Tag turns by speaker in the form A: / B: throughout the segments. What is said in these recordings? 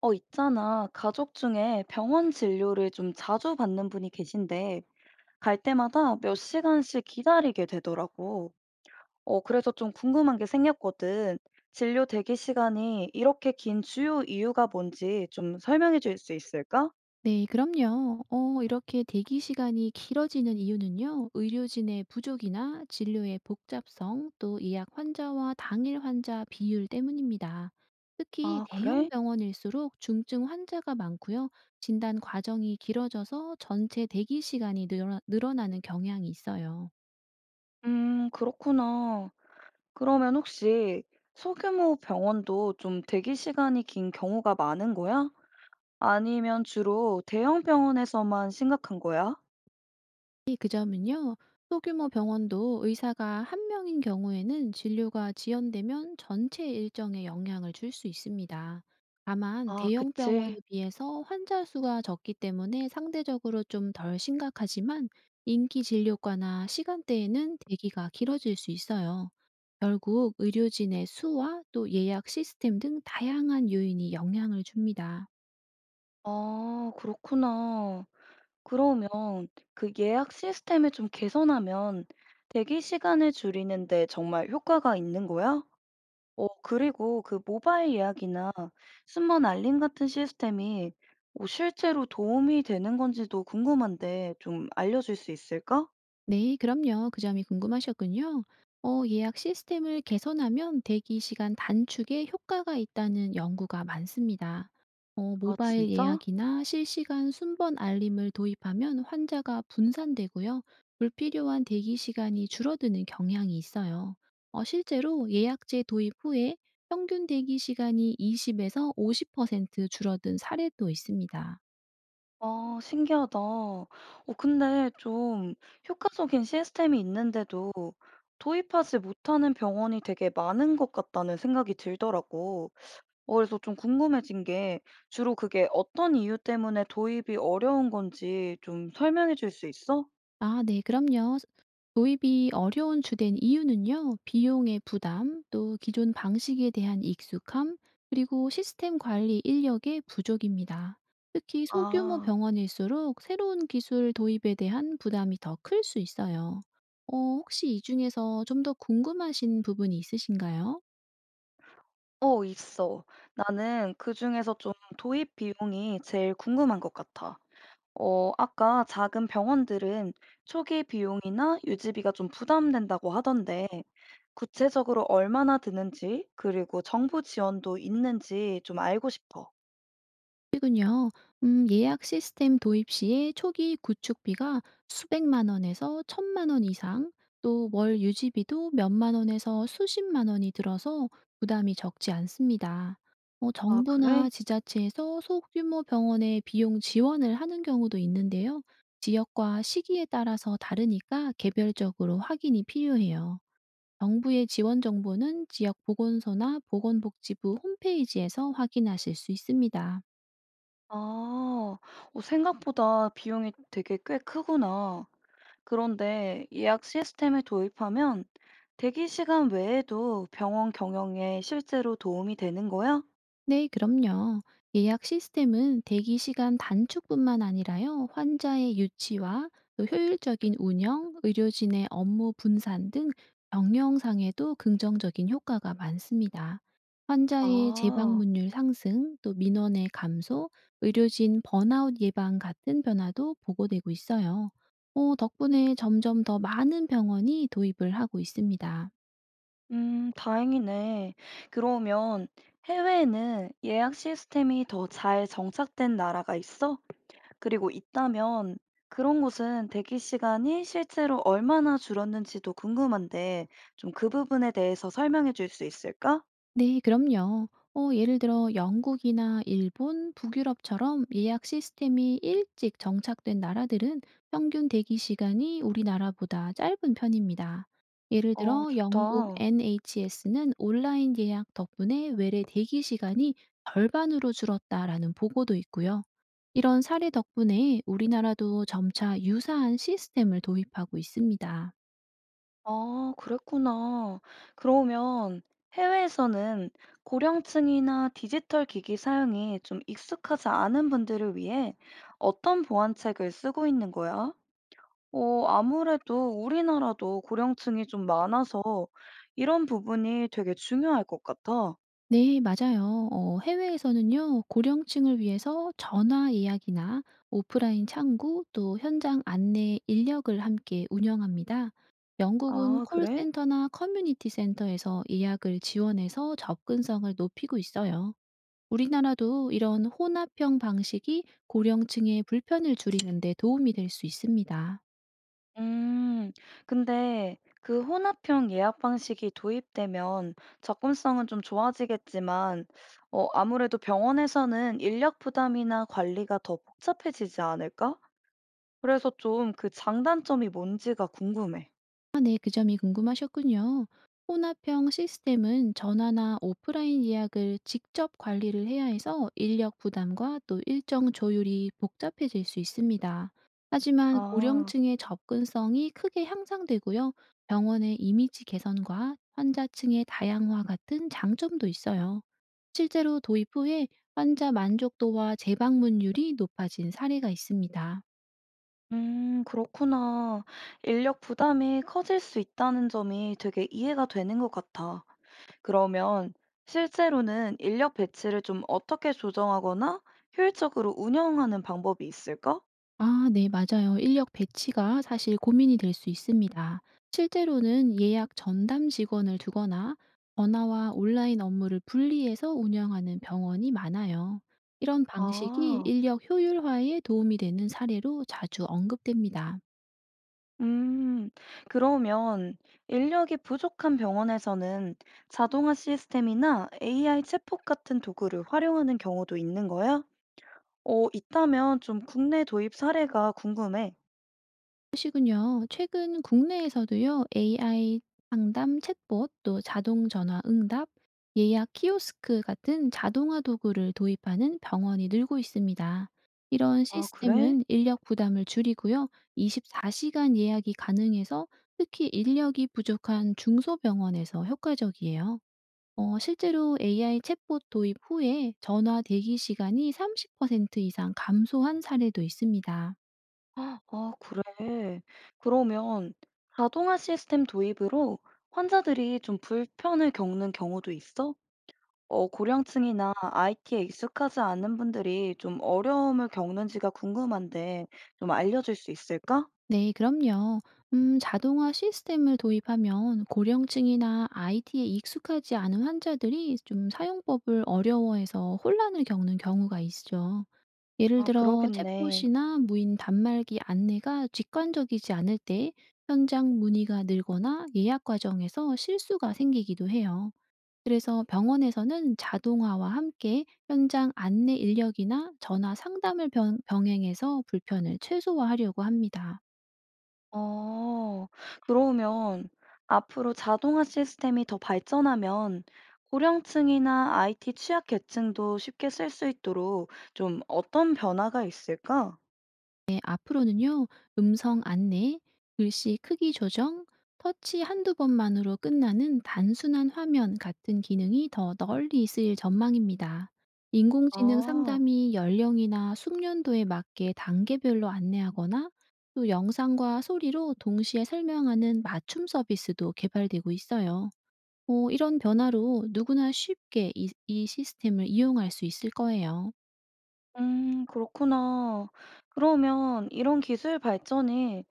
A: 있잖아. 가족 중에 병원 진료를 좀 자주 받는 분이 계신데, 갈 때마다 몇 시간씩 기다리게 되더라고. 그래서 좀 궁금한 게 생겼거든. 진료 대기 시간이 이렇게 긴 주요 이유가 뭔지 좀 설명해 줄 수 있을까?
B: 네, 그럼요. 이렇게 대기 시간이 길어지는 이유는요, 의료진의 부족이나 진료의 복잡성, 또 예약 환자와 당일 환자 비율 때문입니다. 특히
A: 아,
B: 대형
A: 그래?
B: 병원일수록 중증 환자가 많고요, 진단 과정이 길어져서 전체 대기 시간이 늘어나는 경향이 있어요.
A: 그렇구나. 그러면 혹시 소규모 병원도 좀 대기 시간이 긴 경우가 많은 거야? 아니면 주로 대형 병원에서만 심각한 거야?
B: 이 그 점은요, 소규모 병원도 의사가 한 명인 경우에는 진료가 지연되면 전체 일정에 영향을 줄 수 있습니다. 다만,
A: 아,
B: 대형 병원에
A: 그치.
B: 비해서 환자 수가 적기 때문에 상대적으로 좀 덜 심각하지만 인기 진료과나 시간대에는 대기가 길어질 수 있어요. 결국 의료진의 수와 또 예약 시스템 등 다양한 요인이 영향을 줍니다.
A: 아 그렇구나. 그러면 그 예약 시스템을 좀 개선하면 대기 시간을 줄이는 데 정말 효과가 있는 거야? 어 그리고 그 모바일 예약이나 순번 알림 같은 시스템이 뭐 실제로 도움이 되는 건지도 궁금한데 좀 알려줄 수 있을까?
B: 네, 그럼요. 그 점이 궁금하셨군요. 예약 시스템을 개선하면 대기 시간 단축에 효과가 있다는 연구가 많습니다.
A: 아
B: 모바일
A: 진짜?
B: 예약이나 실시간 순번 알림을 도입하면 환자가 분산되고요. 불필요한 대기 시간이 줄어드는 경향이 있어요. 실제로 예약제 도입 후에 평균 대기 시간이 20에서 50% 줄어든 사례도 있습니다.
A: 아 신기하다. 어 근데 좀 효과적인 시스템이 있는데도 도입하지 못하는 병원이 되게 많은 것 같다는 생각이 들더라고. 어 그래서 좀 궁금해진 게 주로 그게 어떤 이유 때문에 도입이 어려운 건지 좀 설명해 줄 수 있어?
B: 아 네 그럼요. 도입이 어려운 주된 이유는요. 비용의 부담, 또 기존 방식에 대한 익숙함, 그리고 시스템 관리 인력의 부족입니다. 특히 소규모
A: 아.
B: 병원일수록 새로운 기술 도입에 대한 부담이 더 클 수 있어요. 혹시 이 중에서 좀 더 궁금하신 부분이 있으신가요?
A: 어 있어. 나는 그중에서 좀 도입 비용이 제일 궁금한 것 같아. 어 아까 작은 병원들은 초기 비용이나 유지비가 좀 부담된다고 하던데 구체적으로 얼마나 드는지 그리고 정부 지원도 있는지 좀 알고 싶어.
B: 그군요. 예약 시스템 도입 시에 초기 구축비가 수백만 원에서 천만 원 이상, 또 월 유지비도 몇만 원에서 수십만 원이 들어서 부담이 적지 않습니다.
A: 아, 그래?
B: 정부나 지자체에서 소규모 병원에 비용 지원을 하는 경우도 있는데요. 지역과 시기에 따라서 다르니까 개별적으로 확인이 필요해요. 정부의 지원 정보는 지역 보건소나 보건복지부 홈페이지에서 확인하실 수 있습니다.
A: 아, 생각보다 비용이 되게 꽤 크구나. 그런데 예약 시스템을 도입하면 대기 시간 외에도 병원 경영에 실제로 도움이 되는 거야?
B: 네, 그럼요. 예약 시스템은 대기 시간 단축뿐만 아니라요, 환자의 유치와 또 효율적인 운영, 의료진의 업무 분산 등 경영상에도 긍정적인 효과가 많습니다. 환자의
A: 아,
B: 재방문율 상승, 또 민원의 감소, 의료진 번아웃 예방 같은 변화도 보고되고 있어요. 덕분에 점점 더 많은 병원이 도입을 하고 있습니다.
A: 다행이네. 그러면 해외에는 예약 시스템이 더 잘 정착된 나라가 있어? 그리고 있다면 그런 곳은 대기 시간이 실제로 얼마나 줄었는지도 궁금한데 좀 그 부분에 대해서 설명해 줄 수 있을까?
B: 네, 그럼요. 예를 들어 영국이나 일본, 북유럽처럼 예약 시스템이 일찍 정착된 나라들은 평균 대기 시간이 우리나라보다 짧은 편입니다. 예를
A: 어,
B: 들어 영국
A: 좋다.
B: NHS는 온라인 예약 덕분에 외래 대기 시간이 절반으로 줄었다라는 보고도 있고요. 이런 사례 덕분에 우리나라도 점차 유사한 시스템을 도입하고 있습니다.
A: 아, 그랬구나. 그러면 해외에서는 고령층이나 디지털 기기 사용이 좀 익숙하지 않은 분들을 위해 어떤 보안책을 쓰고 있는 거야? 아무래도 우리나라도 고령층이 좀 많아서 이런 부분이 되게 중요할 것 같아.
B: 네, 맞아요. 해외에서는요, 고령층을 위해서 전화 예약이나 오프라인 창구 또 현장 안내 인력을 함께 운영합니다. 영국은
A: 아, 그래?
B: 콜센터나 커뮤니티 센터에서 예약을 지원해서 접근성을 높이고 있어요. 우리나라도 이런 혼합형 방식이 고령층의 불편을 줄이는 데 도움이 될 수 있습니다.
A: 음, 근데 그 혼합형 예약 방식이 도입되면 접근성은 좀 좋아지겠지만, 아무래도 병원에서는 인력 부담이나 관리가 더 복잡해지지 않을까? 그래서 좀 그 장단점이 뭔지가 궁금해.
B: 아, 네, 그 점이 궁금하셨군요. 혼합형 시스템은 전화나 오프라인 예약을 직접 관리를 해야 해서 인력 부담과 또 일정 조율이 복잡해질 수 있습니다. 하지만
A: 아,
B: 고령층의 접근성이 크게 향상되고요. 병원의 이미지 개선과 환자층의 다양화 같은 장점도 있어요. 실제로 도입 후에 환자 만족도와 재방문율이 높아진 사례가 있습니다.
A: 그렇구나. 인력 부담이 커질 수 있다는 점이 되게 이해가 되는 것 같아. 그러면 실제로는 인력 배치를 좀 어떻게 조정하거나 효율적으로 운영하는 방법이 있을까?
B: 아 네 맞아요. 인력 배치가 사실 고민이 될 수 있습니다. 실제로는 예약 전담 직원을 두거나 전화와 온라인 업무를 분리해서 운영하는 병원이 많아요. 이런 방식이
A: 아,
B: 인력 효율화에 도움이 되는 사례로 자주 언급됩니다.
A: 음, 그러면 인력이 부족한 병원에서는 자동화 시스템이나 AI 챗봇 같은 도구를 활용하는 경우도 있는 거야? 있다면 좀 국내 도입 사례가 궁금해.
B: 그러시군요. 최근 국내에서도요. AI 상담 챗봇 또 자동 전화 응답, 예약 키오스크 같은 자동화 도구를 도입하는 병원이 늘고 있습니다. 이런
A: 아, 그래?
B: 시스템은 인력 부담을 줄이고요. 24시간 예약이 가능해서 특히 인력이 부족한 중소병원에서 효과적이에요. 실제로 AI 챗봇 도입 후에 전화 대기 시간이 30% 이상 감소한 사례도 있습니다.
A: 아 그래. 그러면 자동화 시스템 도입으로 환자들이 좀 불편을 겪는 경우도 있어? 어, 고령층이나 IT에 익숙하지 않은 분들이 좀 어려움을 겪는지가 궁금한데 좀 알려줄 수 있을까?
B: 네, 그럼요. 자동화 시스템을 도입하면 고령층이나 IT에 익숙하지 않은 환자들이 좀 사용법을 어려워해서 혼란을 겪는 경우가 있죠. 예를
A: 아,
B: 들어,
A: 그러겠네.
B: 챗봇이나 무인 단말기 안내가 직관적이지 않을 때 현장 문의가 늘거나 예약 과정에서 실수가 생기기도 해요. 그래서 병원에서는 자동화와 함께 현장 안내 인력이나 전화 상담을 병행해서 불편을 최소화하려고 합니다.
A: 어, 그러면 앞으로 자동화 시스템이 더 발전하면 고령층이나 IT 취약계층도 쉽게 쓸 수 있도록 좀 어떤 변화가 있을까?
B: 네, 앞으로는요, 음성 안내, 글씨 크기 조정, 터치 한두 번만으로 끝나는 단순한 화면 같은 기능이 더 널리 쓰일 전망입니다. 인공지능
A: 아.
B: 상담이 연령이나 숙련도에 맞게 단계별로 안내하거나 또 영상과 소리로 동시에 설명하는 맞춤 서비스도 개발되고 있어요. 이런 변화로 누구나 쉽게 이 시스템을 이용할 수 있을 거예요.
A: 그렇구나. 그러면 이런 기술 발전이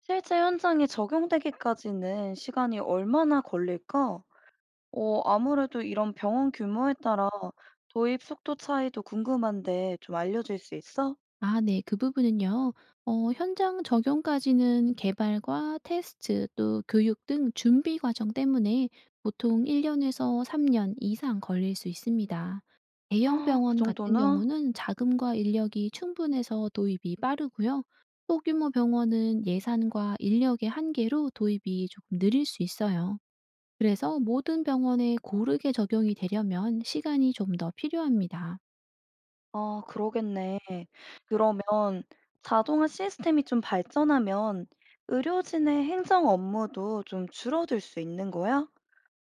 A: 실제 현장에 적용되기까지는 시간이 얼마나 걸릴까? 아무래도 이런 병원 규모에 따라 도입 속도 차이도 궁금한데 좀 알려줄 수 있어?
B: 아 네. 그 부분은요. 현장 적용까지는 개발과 테스트 또 교육 등 준비 과정 때문에 보통 1년 년에서 3년 이상 걸릴 수 있습니다. 대형
A: 아, 그
B: 병원 같은
A: 정도나?
B: 경우는 자금과 인력이 충분해서 도입이 빠르고요. 소규모 병원은 예산과 인력의 한계로 도입이 조금 느릴 수 있어요. 그래서 모든 병원에 고르게 적용이 되려면 시간이 좀 더 필요합니다.
A: 아, 그러겠네. 그러면 자동화 시스템이 좀 발전하면 의료진의 행정 업무도 좀 줄어들 수 있는 거야?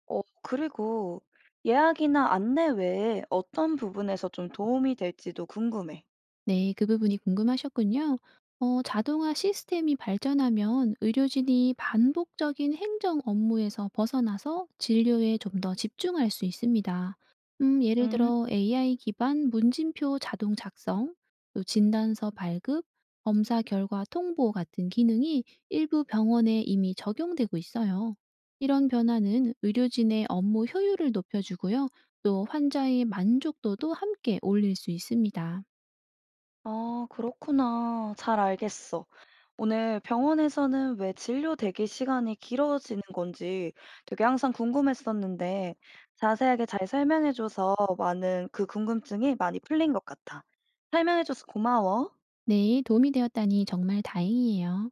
A: 어 그리고 예약이나 안내 외에 어떤 부분에서 좀 도움이 될지도 궁금해.
B: 네, 그 부분이 궁금하셨군요. 자동화 시스템이 발전하면 의료진이 반복적인 행정 업무에서 벗어나서 진료에 좀 더 집중할 수 있습니다. 예를
A: 음,
B: 들어 AI 기반 문진표 자동 작성, 또 진단서 발급, 검사 결과 통보 같은 기능이 일부 병원에 이미 적용되고 있어요. 이런 변화는 의료진의 업무 효율을 높여주고요. 또 환자의 만족도도 함께 올릴 수 있습니다.
A: 아, 그렇구나. 잘 알겠어. 오늘 병원에서는 왜 진료 대기 시간이 길어지는 건지 되게 항상 궁금했었는데 자세하게 잘 설명해줘서 많은 그 궁금증이 많이 풀린 것 같아. 설명해줘서 고마워.
B: 네, 도움이 되었다니 정말 다행이에요.